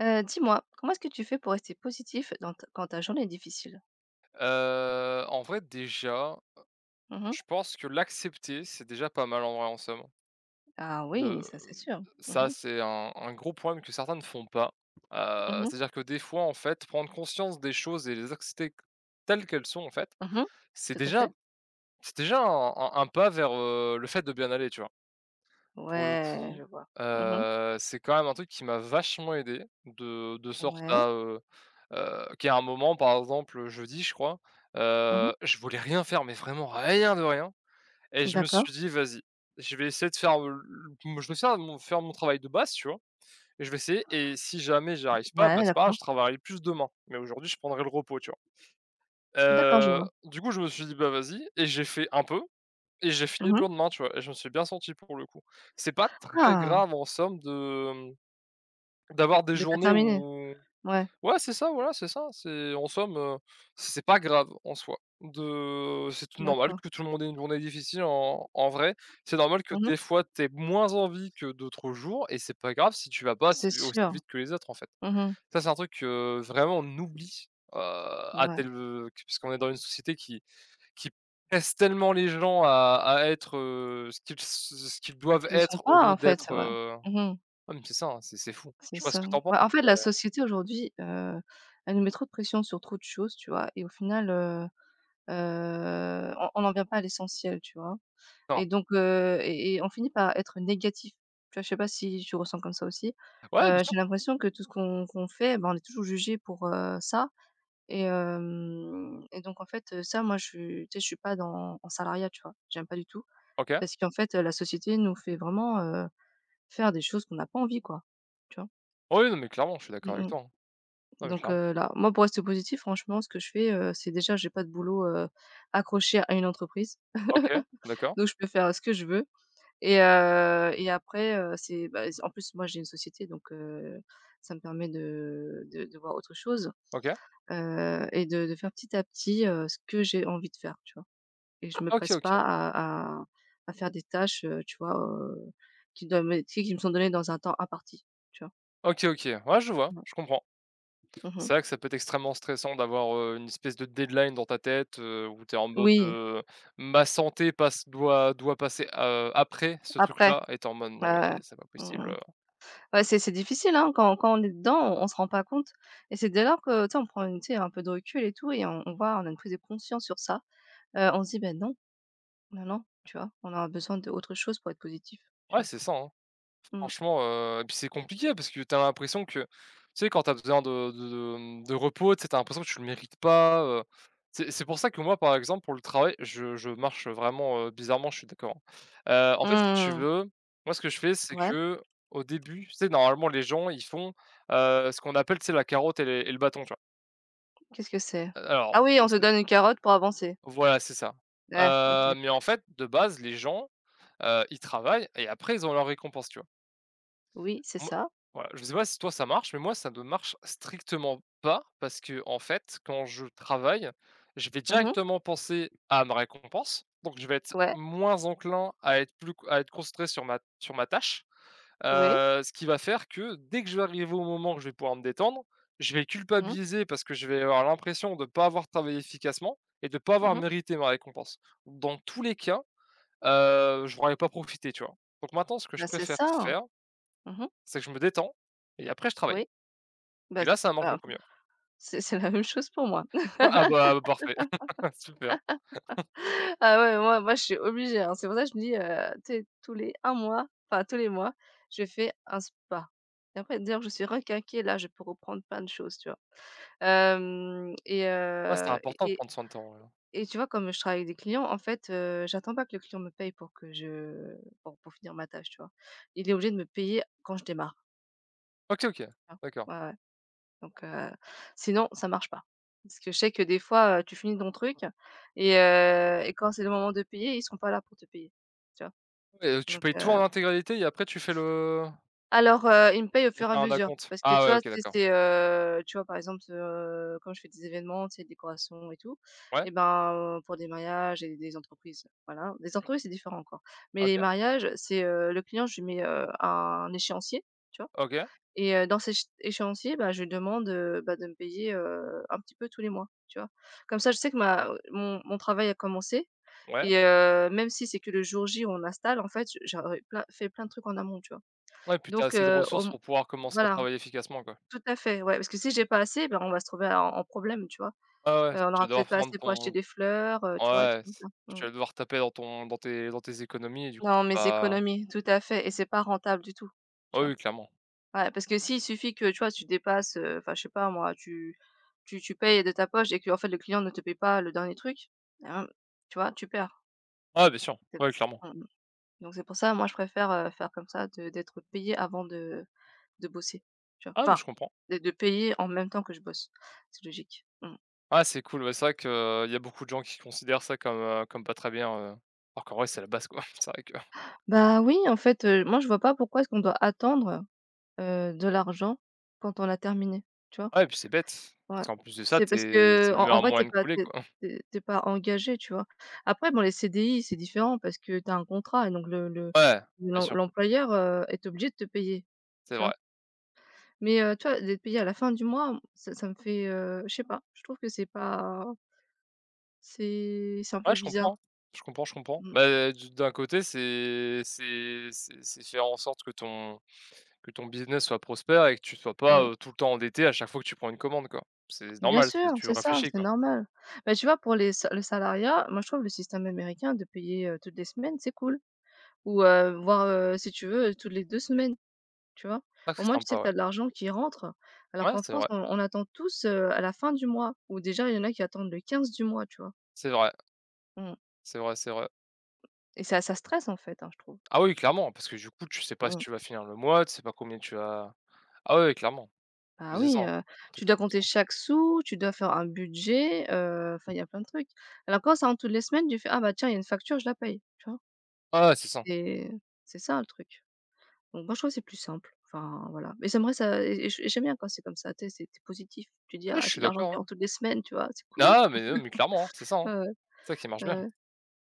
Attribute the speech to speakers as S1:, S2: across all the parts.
S1: Dis-moi, comment est-ce que tu fais pour rester positif dans t quand ta journée est difficile?
S2: En vrai, déjà,
S1: Mmh.
S2: je pense que l'accepter, c'est déjà pas mal, en vrai, en somme.
S1: Ah oui,
S2: De
S1: ça c'est sûr. Mmh
S2: Ça,
S1: mh.
S2: c'est un gros problème que certains ne font pas.
S1: Mmh.
S2: C'est-à-dire que, des fois, en fait, prendre conscience des choses et les accepter telles qu'elles sont, en fait,
S1: Mmh.
S2: c'est
S1: Tout à
S2: déjà
S1: fait.
S2: c'est déjà un pas vers, le fait de bien aller, tu vois? Pour le
S1: Ouais,
S2: coup,
S1: je vois. Mmh.
S2: c'est quand même un truc qui m'a vachement aidé de sorte
S1: Ouais.
S2: à, qu'il y a un moment, par exemple, jeudi, je crois,
S1: Mmh.
S2: je voulais rien faire, mais vraiment rien de rien. Et je me
S1: D'accord.
S2: suis dit: «Vas-y, je vais essayer de faire, le je vais sers de mon faire mon travail de base», tu vois? «Et je vais essayer et si jamais j'arrive pas, bah,
S1: Ouais,
S2: c'est pas grave,
S1: d'accord.
S2: je travaillerai plus demain, mais aujourd'hui, je prendrai le repos», tu vois?
S1: D'accord, je vois.
S2: Du coup, je me suis dit: «Bah, vas-y» et j'ai fait un peu et j'ai fini le
S1: Mmh.
S2: lendemain, tu vois? Et je me suis bien senti pour le coup. C'est pas très
S1: Ah!
S2: grave en somme de, mmh, d'avoir des
S1: De pas
S2: journées
S1: terminer.
S2: où,
S1: Ouais,
S2: ouais, c'est ça, voilà, c'est ça, c'est en somme, c'est pas grave en soi de c'est tout normal
S1: d'accord.
S2: que tout le monde ait une journée difficile en vrai. C'est normal que
S1: Mmh.
S2: des fois tu aies moins envie que d'autres jours et c'est pas grave si tu vas pas assez
S1: C'est
S2: aussi
S1: sûr.
S2: vite que les autres, en fait.
S1: Mmh.
S2: Ça, c'est un truc que vraiment on oublie,
S1: Ouais.
S2: parce qu'on est dans une société qui pressent tellement les gens à être, ce qu'ils doivent
S1: Qui ne sont
S2: être au
S1: pas
S2: lieu
S1: en fait,
S2: d'être,
S1: ouais. Mmh.
S2: ah mais c'est ça, hein, c'est fou. Je
S1: C'est
S2: sais pas ce
S1: ça.
S2: que t'en penses?
S1: Ouais, en fait, la société aujourd'hui, elle nous met trop de pression sur trop de choses, tu vois? Et au final, on n'en vient pas à l'essentiel, tu vois? Et
S2: Non.
S1: donc heu et et on finit par être négatif. Tu vois? Je sais pas si tu ressens comme ça aussi?
S2: Ouais, bien sûr.
S1: J'ai l'impression que tout ce qu'on fait, ben, on est toujours jugé pour, ça et donc en fait, ça, moi, je suis tu sais, je suis pas dans en salariat, tu vois? J'aime pas du tout
S2: OK.
S1: parce qu'en fait, la société nous fait vraiment, faire des choses qu'on n'a pas envie, quoi. Tu vois?
S2: Oui, non mais clairement, je suis d'accord
S1: Mmh
S2: avec
S1: mh.
S2: toi, hein. Non mais
S1: Donc
S2: clairement.
S1: heu, là, moi, pour rester positif, franchement, ce que je fais, c'est déjà j'ai pas de boulot, accroché à une entreprise.
S2: OK, d'accord.
S1: Donc je peux faire, ce que je veux et après, c'est bah, en plus moi j'ai une société donc, ça me permet de voir autre chose,
S2: OK.
S1: et de faire petit à petit, ce que j'ai envie de faire, tu vois? Et je me
S2: OK,
S1: presse pas
S2: OK.
S1: à faire des tâches, tu vois, qui me sont données dans un temps imparti, tu vois?
S2: OK, OK. Ouais, je vois,
S1: Non.
S2: je comprends.
S1: Mmh.
S2: C'est vrai que ça peut être extrêmement stressant d'avoir, une espèce de deadline dans ta tête, où tu es en mode,
S1: Oui,
S2: heu: «Ma santé passe doit passer, après ce
S1: après.
S2: truc-là» et tu en mode: «Non
S1: Ouais, ouais,
S2: mais
S1: ouais.
S2: c'est pas
S1: Mmh.
S2: possible,
S1: Ouais, c'est difficile, hein, quand on est dedans, on se rend pas compte et c'est dès lors que, tu sais, on prend une tu sais, un peu de recul et tout et on voit, on a une prise de conscience sur ça, on se dit: ben non, non, non», tu vois? On a besoin d'autre chose pour être positif, tu
S2: ouais,
S1: vois?
S2: c'est ça, hein.
S1: Mmh.
S2: Franchement, et puis c'est compliqué parce que t'as l'impression que, tu sais, quand t'as besoin de repos, tu sais, tu l'impression que tu le mérites pas. C'est pour ça que moi, par exemple, pour le travail, je marche vraiment, bizarrement, je suis d'accord, hein. En fait, si tu
S1: Mmh.
S2: veux, moi, ce que je fais, c'est
S1: Ouais,
S2: que au début, tu sais, normalement, les gens, ils font, ce qu'on appelle, tu sais, la carotte et le bâton, tu vois?
S1: qu'est-ce que c'est?
S2: Alors,
S1: Ah oui, on se
S2: c'est
S1: donne une carotte pour avancer.
S2: voilà, c'est ça.
S1: Ouais, OK.
S2: Mais en fait, de base, les gens, ils travaillent et après ils ont leur récompense, tu vois?
S1: Oui, c'est
S2: Moi
S1: ça.
S2: Voilà, je sais pas si toi ça marche, mais moi ça ne marche strictement pas parce que en fait, quand je travaille, je vais
S1: Mmh.
S2: directement penser à ma récompense. Donc je vais être
S1: Ouais,
S2: moins enclin à être plus à être concentré sur ma tâche,
S1: oui.
S2: ce qui va faire que dès que je vais arriver au moment où je vais pouvoir me détendre, je vais
S1: Mmh mh.
S2: culpabiliser parce que je vais avoir l'impression de ne pas avoir travaillé efficacement et de ne pas avoir
S1: Mmh.
S2: mérité ma récompense. Dans tous les cas, je pourrais pas profiter, tu vois? Donc maintenant ce que je
S1: Bah, c'est
S2: préfère
S1: ça.
S2: faire
S1: Mmh.
S2: c'est que je me détends et après je travaille
S1: Oui.
S2: et
S1: Ben,
S2: là, ça marche
S1: bah,
S2: beaucoup mieux.
S1: c'est la même chose pour moi.
S2: Ah bah, bah, parfait, super.
S1: Ah ouais, moi je suis obligée, hein. C'est pour ça que je me dis, tu sais, tous les un mois, enfin tous les mois, je fais un spa et après d'ailleurs je suis requinquée, là, je peux reprendre plein de choses, tu vois? Hem
S2: Ouais, c'est important de prendre soin de toi, en hein.
S1: et tu vois, comme je travaille avec des clients, en fait, j'attends pas que le client me paye pour que je pour finir ma tâche, tu vois? Il est obligé de me payer quand je démarre,
S2: OK, OK,
S1: hein.
S2: d'accord
S1: Ouais, ouais, donc, sinon ça marche pas. Parce que je sais que des fois, tu finis ton truc et quand c'est le moment de payer, ils sont pas là pour te payer, tu vois?
S2: et tu
S1: Donc
S2: payes tout
S1: heu,
S2: en intégralité et après tu fais le
S1: alors, ils me paye au
S2: ou
S1: fur et à
S2: t'as un
S1: mesure
S2: acompte?
S1: parce que,
S2: Ah
S1: tu
S2: ouais,
S1: vois,
S2: OK,
S1: c'est
S2: d'accord.
S1: c'est, heu, tu vois, par exemple, quand je fais des événements, tu sais, décorations et tout
S2: Ouais,
S1: et ben, pour des mariages et des entreprises, voilà. Les entreprises, c'est différent encore, mais les
S2: OK,
S1: mariages, c'est, le client, je lui mets, un échéancier, tu vois?
S2: OK,
S1: Et dans cet échéancier, bah, je lui demande, bah, de me payer, un petit peu tous les mois, tu vois? Comme ça, je sais que ma mon mon travail a commencé
S2: ouais.
S1: et, même si c'est que le jour J où on installe, en fait, j j'aurais plein fait plein de trucs en amont, tu vois?
S2: Ouais, puis tu
S1: Donc
S2: assez de
S1: au
S2: ressources
S1: m
S2: pour pouvoir commencer à
S1: Voilà,
S2: travailler efficacement, quoi.
S1: tout à fait, ouais, parce que si j'ai pas assez, ben, on va se trouver en problème, tu vois?
S2: Ouais, ouais,
S1: On
S2: tu
S1: aura
S2: vas devoir
S1: peut-être pas
S2: prendre
S1: assez pour acheter
S2: ton,
S1: des fleurs, tu vois? Des
S2: ouais.
S1: trucs comme
S2: c
S1: ça.
S2: Tu
S1: Mmh.
S2: vas devoir taper dans tes économies et du coup,
S1: Non,
S2: c'est
S1: mes
S2: pas
S1: économies, tout à fait et c'est pas rentable du tout,
S2: ouais,
S1: tu vois?
S2: oui, clairement.
S1: Ouais, parce que s'il suffit que, tu vois, tu dépasses, enfin, je sais pas moi, tu payes de ta poche et que en fait, le client ne te paye pas le dernier truc, hem, tu vois? Tu perds.
S2: Ah bien sûr,
S1: C'est
S2: ouais, clairement.
S1: mmh Donc c'est pour ça, moi, je préfère, faire comme ça de d'être payé avant de bosser, tu vois?
S2: Ah, mais
S1: Enfin,
S2: je comprends.
S1: de payer en même temps que je bosse. C'est logique. Mmh.
S2: Ah c'est cool, ouais, c'est vrai qu'il y a beaucoup de gens qui considèrent ça comme, comme pas très bien, alors qu'en vrai c'est la base quoi. C'est vrai que
S1: Bah, oui, en fait, moi je vois pas pourquoi est-ce qu'on doit attendre, de l'argent quand on a terminé, tu vois?
S2: ouais, et puis c'est bête,
S1: Ouais.
S2: parce qu'en plus de ça,
S1: C'est
S2: tu
S1: parce que
S2: c'est le
S1: en
S2: meilleur
S1: vrai, t'es
S2: moyen de
S1: pas
S2: couler
S1: t'es
S2: quoi.
S1: t'es tu pas engagé, tu vois? Après, bon, les CDI, c'est différent parce que t'as un contrat et donc le
S2: Ouais, bien
S1: l'em
S2: sûr,
S1: l'employeur, est obligé de te payer,
S2: c'est
S1: tu vois?
S2: vrai.
S1: Mais, tu vois, d'être payé à la fin du mois, ça me fait, je sais pas, je trouve que c'est pas c'est c'est un
S2: Ouais,
S1: peu
S2: je comprends,
S1: bizarre.
S2: je comprends, je comprends.
S1: Mmh.
S2: Bah, du d'un côté, c'est faire en sorte que ton business soit prospère et que tu sois pas,
S1: Mmh.
S2: tout le temps endetté à chaque fois que tu prends une commande quoi. C'est
S1: Bien
S2: normal,
S1: sûr,
S2: c'est tu
S1: c'est ça,
S2: réfléchis
S1: c'est
S2: quoi.
S1: normal. Mais tu vois, pour les sa le salariat, moi, je trouve le système américain de payer, toutes les semaines, c'est cool ou, voire, si tu veux, toutes les 2 semaines, tu vois?
S2: Ah
S1: Au
S2: c'est
S1: moins, tu sais que
S2: sympa
S1: tu
S2: ouais.
S1: as de l'argent qui rentre, alors
S2: Ouais,
S1: qu'en
S2: c'est
S1: France,
S2: vrai,
S1: on attend tous, à la fin du mois ou déjà, il y en a qui attendent le 15 du mois, tu vois?
S2: c'est vrai,
S1: Mmh.
S2: c'est vrai, c'est vrai.
S1: Et ça stresse, en fait, hein, je trouve.
S2: Ah oui, clairement, parce que du coup, tu sais pas si
S1: Mmh.
S2: tu vas finir le mois, tu sais pas combien tu vas, ah ouais, clairement,
S1: Bah,
S2: mais c'est ça,
S1: oui,
S2: hein,
S1: tu dois
S2: totalement
S1: compter
S2: ça.
S1: chaque sou, tu dois faire un budget, enfin, il y a plein de trucs. Alors quand ça rentre toutes les semaines, tu fais: «Ah bah, tiens, il y a une facture, je la paye», tu vois?
S2: Ah ouais, c'est ça.
S1: Et c'est ça, le truc. Donc moi, je trouve que c'est plus simple. Enfin, voilà. Mais j'aimerais ça et j'aime bien quand c'est comme ça, tu sais, c'est tu positif. Tu dis:
S2: Ouais,
S1: «Ah,
S2: je suis
S1: j'ai de l'argent qui
S2: d'accord, ouais.
S1: rentre toutes les semaines», tu vois? C'est cool.
S2: Ah mais non, mais clairement, hein,
S1: Ouais, ouais,
S2: c'est ça qui marche bien.
S1: ouais,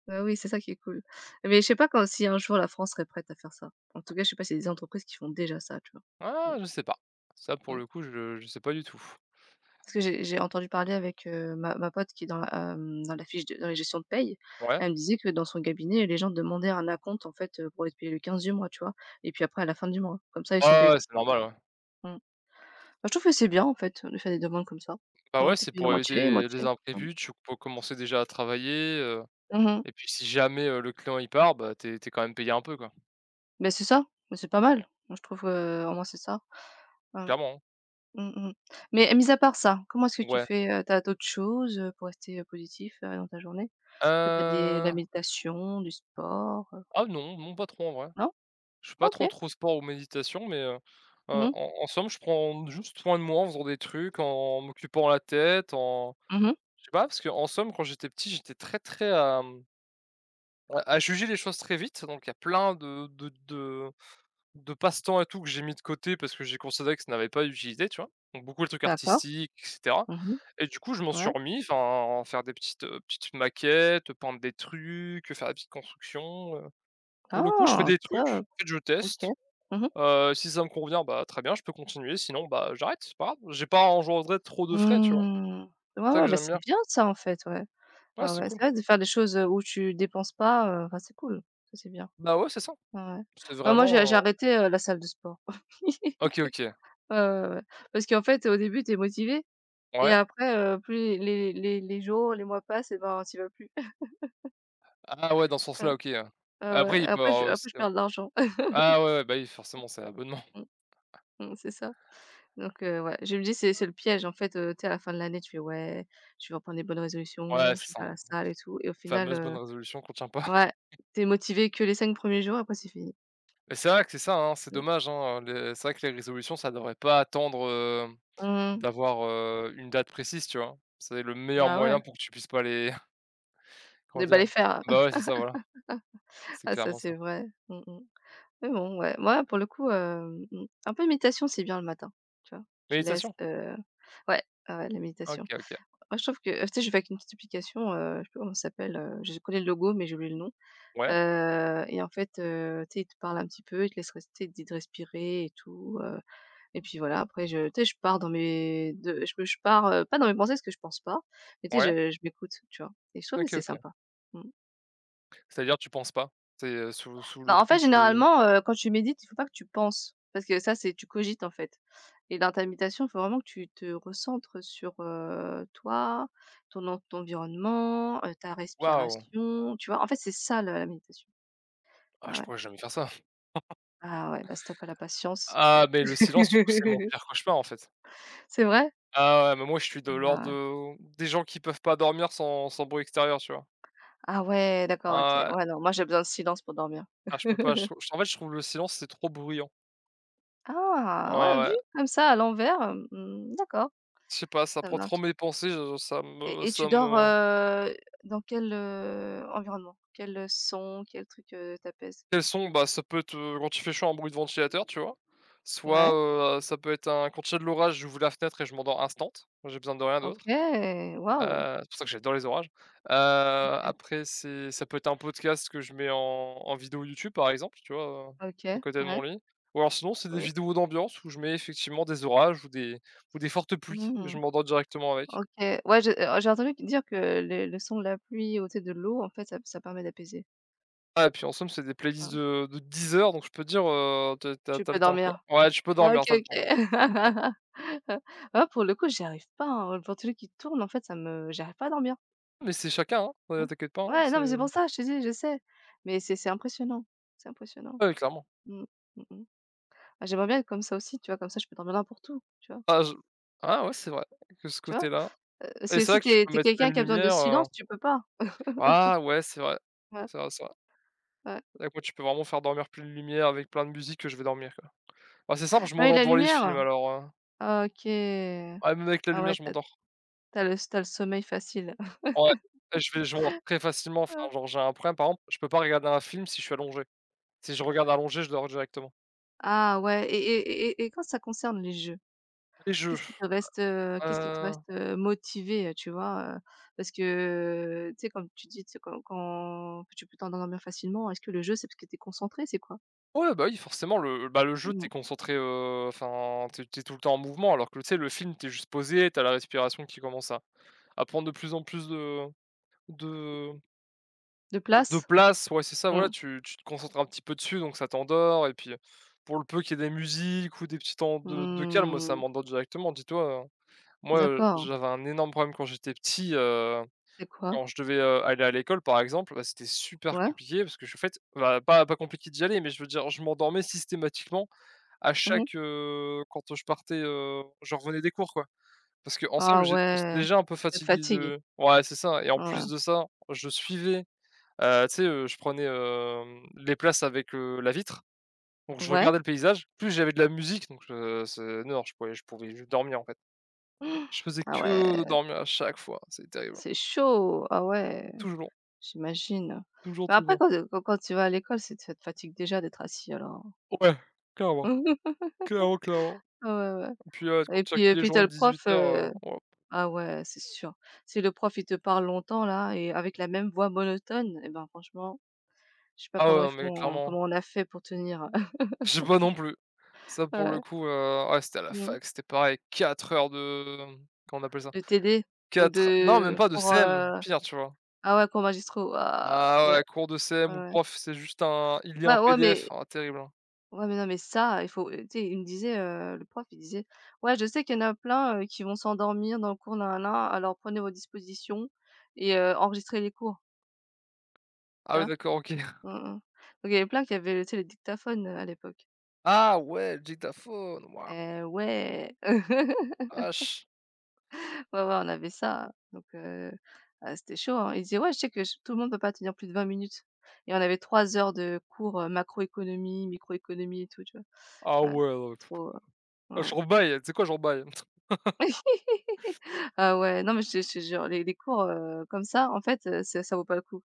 S1: ouais, oui, c'est ça qui est cool. Mais je sais pas quand si un jour la France serait prête à faire ça. En tout cas, je sais pas s'il y a des entreprises qui font déjà ça, tu vois?
S2: Ah, je sais pas. Ça pour
S1: Mmh, mmh.
S2: le coup, je sais pas du tout.
S1: Parce que j'ai entendu parler avec, ma pote qui est dans la, hem, dans la fiche de dans les gestions de paye.
S2: Ouais.
S1: Elle me disait que dans son cabinet, les gens demandaient un acompte, en fait, pour être payés le 15 du mois, tu vois? Et puis après à la fin du mois. Comme ça, ils sont
S2: Ah
S1: payés.
S2: ouais, c'est normal, ouais.
S1: Mmh. Bah, je trouve que c'est bien en fait, de faire des demandes comme ça.
S2: Bah
S1: Au
S2: ouais,
S1: moins tu es
S2: c'est
S1: payé à
S2: pour
S1: moitié et
S2: éviter les
S1: moitié. Mmh.
S2: imprévus, tu peux commencer déjà à travailler,
S1: Mmh mh.
S2: et puis si jamais, le client il part, bah, t'es quand même payé un peu, quoi.
S1: Bah, c'est ça, mais c'est pas mal. Moi je trouve, au moins c'est ça. Mmh.
S2: Clairement, hein.
S1: Mmh mh. Mais mis à part ça, comment est-ce que tu
S2: Ouais.
S1: fais, tu d'autres choses, pour rester, positif, dans ta journée? Tu fais pas des la
S2: Heu,
S1: méditation, du sport?
S2: ah non, non pas trop en vrai.
S1: Non?
S2: Je fais
S1: Ah
S2: pas
S1: OK.
S2: trop trop sport ou méditation, mais
S1: Mmh mh.
S2: en somme, je prends juste soin de moi en faisant des trucs, en m'occupant la tête, en
S1: Mmh.
S2: je sais pas, parce que en somme, quand j'étais petit, j'étais très, très à, à juger les choses très vite, donc il y a plein de passe-temps et tout que j'ai mis de côté parce que j'ai considéré que ça n'avait pas d'utilité, tu vois? Donc beaucoup de trucs
S1: D'accord.
S2: artistiques et cetera,
S1: Mmh.
S2: et du coup, je m'en suis
S1: Ouais.
S2: remis, enfin, à faire des petites maquettes, peindre des trucs, faire des petites constructions. Pour le coup, je fais
S1: Ah!
S2: des trucs,
S1: Top.
S2: en fait, je
S1: OK.
S2: teste.
S1: Mmh mh.
S2: Si ça me convient, bah, très bien, je peux continuer, sinon, bah, j'arrête, c'est pas grave, j'ai pas à engendrer trop de frais, tu vois?
S1: Mmh. Ouais,
S2: C'est ça que
S1: ouais, bah,
S2: j'aime bien.
S1: c'est bien ça en fait, ouais.
S2: Ouais,
S1: Ah
S2: c'est
S1: ouais,
S2: cool.
S1: c'est vrai de faire des choses, où tu dépenses pas, enfin c'est cool, ça c'est bien.
S2: Bah, ouais, c'est ça.
S1: Ouais, ouais.
S2: C'est
S1: Bah, moi j'ai
S2: vraiment,
S1: j'ai arrêté, la salle de sport.
S2: OK, OK.
S1: Ouais, ouais, ouais. Parce qu'en fait, au début, tu es motivé et
S2: Ouais.
S1: après, plus les jours, les mois passent et ben, tu y vas plus.
S2: Ah ouais, dans ce
S1: Ouais,
S2: sens-là, OK, ouais.
S1: ouais, ouais.
S2: Après, il peut y avoir aussi,
S1: Après je perds de l'argent.
S2: ah ouais, ah ouais, bah, oui, forcément, c'est abonnement.
S1: Mmh, mmh, c'est ça. Donc, ouais, je me dis: «C'est le piège» en fait, tu sais à la fin de l'année, tu fais: «Ouais, je vais reprendre des bonnes
S2: Ouais,
S1: résolutions,
S2: c'est
S1: je vais
S2: ça,
S1: faire
S2: hein.
S1: la salle et tout» et au final,
S2: Fameuse bonne résolution qu'on tient pas.
S1: ouais, tu es motivé que les 5 premiers jours, après c'est fini.
S2: Mais c'est vrai que c'est ça, hein, c'est
S1: Mmh.
S2: dommage, hein, les c'est vrai que les résolutions, ça devrait pas attendre,
S1: Mmh.
S2: d'avoir, une date précise, tu vois? C'est le meilleur
S1: Bah ouais,
S2: moyen pour que tu puisses pas les comment
S1: de pas
S2: dire?
S1: les faire.
S2: Bah, ouais, c'est ça, voilà, c'est
S1: Ah ça
S2: clairement ça.
S1: c'est vrai. Mmh mh. Mais bon, ouais, moi pour le coup, un peu méditation, c'est bien le matin, tu vois? Tu laisses,
S2: Méditation.
S1: ouais, ouais, ouais, la méditation.
S2: OK, OK.
S1: Moi je trouve que tu sais, je fais avec une petite application, je sais pas comment ça s'appelle, je connais le logo, mais j'ai oublié le nom,
S2: Ouais,
S1: et en fait, tu sais, il te parle un petit peu, il te laisse rester, il te dit de respirer et tout, et puis voilà, après je tu sais, je pars dans mes de je pars, pas dans mes pensées parce que je pense pas, mais tu sais,
S2: ouais.
S1: je m'écoute, tu vois? Et je trouve que
S2: OK,
S1: c'est
S2: OK.
S1: sympa. Mmh.
S2: C'est-à-dire tu penses pas? C'est, sous le
S1: Bah, en
S2: coup
S1: fait,
S2: tu
S1: généralement, quand tu médites, il faut pas que tu penses, parce que ça, c'est tu cogites, en fait, et dans ta méditation, il faut vraiment que tu te recentres sur, toi, ton environnement, ta
S2: waouh!
S1: respiration, tu vois? En fait, c'est ça le la méditation.
S2: Ah
S1: Ah
S2: je
S1: ouais.
S2: pourrais jamais faire ça.
S1: Ah ouais, bah, si tu pas la patience,
S2: Ah
S1: ouais.
S2: mais le silence surtout c'est mon pire cauchemar en fait.
S1: C'est vrai?
S2: Ah ouais, mais moi je suis de l'ordre
S1: Ah.
S2: de des gens qui peuvent pas dormir sans bruit extérieur, tu vois?
S1: Ah ouais, d'accord, OK.
S2: Ah ouais.
S1: Ouais, non, moi, j'ai besoin de silence pour dormir.
S2: Ah je peux pas, je trou en fait je trouve le silence c'est trop bruyant. Ouais,
S1: Ah ouais, vu
S2: ouais.
S1: comme ça à l'envers, d'accord,
S2: Je sais pas, ça
S1: ça
S2: prend trop
S1: marche.
S2: mes pensées, je
S1: Et
S2: ça
S1: tu dors,
S2: me
S1: dans quel, environnement? Quel, son, quel truc, t'apaise?
S2: bah, ça peut être, quand il fait chaud un bruit de ventilateur, tu vois? Soit,
S1: Ouais,
S2: ça peut être un quand il y a de l'orage, j'ouvre la fenêtre et je m'endors instant, j'ai besoin de rien d'autre.
S1: OK, waouh!
S2: C'est pour ça que j'adore les orages.
S1: OK,
S2: Après c'est ça peut être un podcast que je mets en vidéo YouTube par exemple, tu vois,
S1: OK,
S2: à côté de mon
S1: ouais,
S2: lit. Ou alors sinon c'est des
S1: oui.
S2: vidéos d'ambiance où je mets effectivement des orages ou des fortes pluies, je
S1: Mmh,
S2: m'endors directement avec.
S1: OK. Ouais, j'ai entendu dire que le son de la pluie ou tu sais, de l'eau, en fait, ça permet d'apaiser.
S2: Ah et puis en somme c'est des playlists
S1: Hein.
S2: de 10 heures donc je peux dire, t'as as
S1: Tu
S2: tu le
S1: peux
S2: temps quoi.
S1: dormir?
S2: Ouais tu peux
S1: Ah OK,
S2: dormir, t'as le
S1: OK.
S2: temps.
S1: Ah, pour le coup, j'y arrive pas, hein. Le ventilo qui tourne, en fait, ça me j'arrive pas à dormir.
S2: Mais c'est chacun, hein,
S1: Hein.
S2: t'inquiète pas, hein,
S1: Ouais, non, mais c'est
S2: c'est
S1: pour ça, je te dis, je sais. Mais c'est impressionnant, c'est impressionnant.
S2: ah oui clairement.
S1: Mmh. Mmh mh. Bah, j'aimerais bien être comme ça aussi, tu vois? Comme ça, je peux dormir n'importe où, tu vois?
S2: Ah je Ah ouais c'est vrai, que ce
S1: Tu vois?
S2: côté-là
S1: Parce
S2: et
S1: que
S2: c'est
S1: si
S2: vrai que tu peux
S1: t'es
S2: mettre
S1: quelqu'un
S2: pleine
S1: qui a besoin de
S2: lumière,
S1: silence, tu peux pas.
S2: ah ouais c'est vrai.
S1: Ouais,
S2: C'est vrai, c'est vrai.
S1: ouais.
S2: Avec moi, tu peux vraiment faire dormir pleine lumière avec plein de musique, que je vais dormir, quoi. Bah, c'est simple,
S1: Ah
S2: je
S1: oui,
S2: m'endors
S1: la
S2: devant les films
S1: lumière?
S2: alors,
S1: Ah, OK.
S2: ouais, même avec la
S1: Ah
S2: lumière,
S1: ouais,
S2: je
S1: t'as
S2: m'endors.
S1: as le t'as le sommeil facile.
S2: Ouais, et je m'endors très facilement, enfin, genre, j'ai un problème, par exemple, je peux pas regarder un film si je suis allongé. Si je regarde allongé, je dors directement.
S1: Ah ouais et quand ça concerne les jeux,
S2: Les jeux,
S1: qu'est-ce qui te reste, qu'est-ce qui te reste,
S2: heu,
S1: motivé, tu vois? Parce que, tu sais, comme tu dis, tu sais, quand tu peux t'endormir facilement, est-ce que le jeu, c'est parce que tu es concentré? C'est quoi?
S2: ouais, bah, oui, forcément, le bah, le jeu, tu
S1: Mmh.
S2: es concentré, enfin, tu es tout le temps en mouvement alors que, tu sais, le film, tu es juste posé, tu as la respiration qui commence à prendre de plus en plus de
S1: De
S2: de
S1: place?
S2: place, ouais, c'est ça, voilà,
S1: Mmh.
S2: tu te concentres un petit peu dessus, donc ça t'endort et puis, pour le peu qu'il y ait des musiques ou des petits temps de calme, moi, ça
S1: Mmh.
S2: m'endort directement. Dis-toi, moi,
S1: D'accord.
S2: j'avais un énorme problème quand j'étais petit,
S1: C'est quoi?
S2: quand je devais, aller à l'école, par exemple, bah, c'était super
S1: Ouais.
S2: compliqué parce que je en fait, bah, pas compliqué d'y aller, mais je veux dire, je m'endormais systématiquement à
S1: Mmh.
S2: chaque, je partais, je revenais des cours, quoi. Parce que en somme,
S1: Ah
S2: j'étais
S1: ouais,
S2: déjà un peu
S1: ça te
S2: fatigué
S1: fatigue?
S2: de, ouais, c'est ça et en plus
S1: Ouais.
S2: de ça, je suivais. Tu sais, je prenais, les places avec, la vitre, donc je
S1: Ouais?
S2: regardais le paysage. Plus j'avais de la musique, donc c'est non, je pouvais je dormir, en fait. Je faisais
S1: Ah ouais,
S2: que de dormir à chaque fois, c'est terrible.
S1: c'est chaud! Ah ouais,
S2: Toujours,
S1: j'imagine.
S2: toujours,
S1: Mais après
S2: toujours.
S1: quand, quand tu vas à l'école, c'est ça te fatigue déjà d'être assis alors.
S2: Ouais, clairement, clairement, clairement.
S1: Ah ouais,
S2: Et puis,
S1: ouais,
S2: quand tu
S1: et
S2: accumules les
S1: puis t'as
S2: journées
S1: le
S2: de dix-huit
S1: prof,
S2: heures ouais.
S1: ah ouais, c'est sûr. Si le prof, il te parle longtemps là et avec la même voix monotone et ben franchement, je sais pas
S2: Ah ouais,
S1: comment ils
S2: non, mais
S1: font,
S2: clairement.
S1: comment on a fait pour tenir.
S2: J'ai pas non plus. Ça pour le
S1: Ouais.
S2: coup, ouais, c'était à la
S1: Mmh.
S2: fac, c'était pareil, 4 heures de, comment on appelle ça?
S1: De TD ou
S2: Quatre non, même
S1: de
S2: pas de
S1: pour
S2: CM, pire, tu vois?
S1: ah ouais, cours magistraux, ah
S2: Ah
S1: ouais,
S2: ouais, cours de CM ou
S1: ouais.
S2: prof, c'est juste un il lit un
S1: Ouais, ouais,
S2: PDF.
S1: mais
S2: Ah terrible, hein.
S1: ouais, mais non, mais ça, il faut, tu sais, il me disait, le prof, il disait: «Ouais, je sais qu'il y en a plein, qui vont s'endormir dans le cours, nin-nin-nin, alors prenez vos dispositions enregistrez les cours»,
S2: Ah
S1: tu
S2: oui
S1: vois?
S2: d'accord, OK.
S1: Mmh mh. Donc il y avait plein qui avaient, tu sais, les dictaphones, à l'époque.
S2: Ah ouais, le dictaphone, waouh,
S1: Eh ouais!
S2: vache.
S1: Ouais, ouais, on avait ça, ah, c'était chaud, hein. Il disait: «Ouais, je sais que j tout le monde peut pas tenir plus de 20 minutes» et on avait 3 heures de cours, macroéconomie, microéconomie et tout, tu vois?
S2: Ah
S1: Ouais,
S2: ouais, non,
S1: trop,
S2: ah
S1: mmh.
S2: je rebaille, tu sais quoi? Je rebaille.
S1: Ah ouais, non, mais je te jure, les cours, comme ça, en fait, ça vaut pas le coup.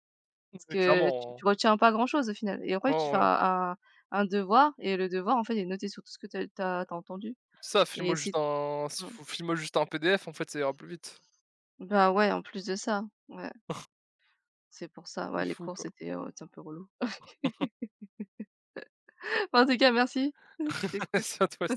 S1: Parce
S2: Mais
S1: que
S2: clairement, hein.
S1: tu retiens pas grand-chose au final et
S2: Ouais,
S1: après tu fais
S2: ouais, ouais.
S1: un un devoir et le devoir, en fait, il est noté sur tout ce que t'as as tu entendu
S2: Ça,
S1: et si mmh,
S2: file-moi juste un PDF en fait, ça ira plus vite.
S1: bah, ouais, en plus de ça, ouais, c'est pour ça,
S2: C'est
S1: ouais, les
S2: fou
S1: cours,
S2: quoi.
S1: c'était, c'est un peu relou. Bah, en tout cas, merci, c'était cool.
S2: C'est à toi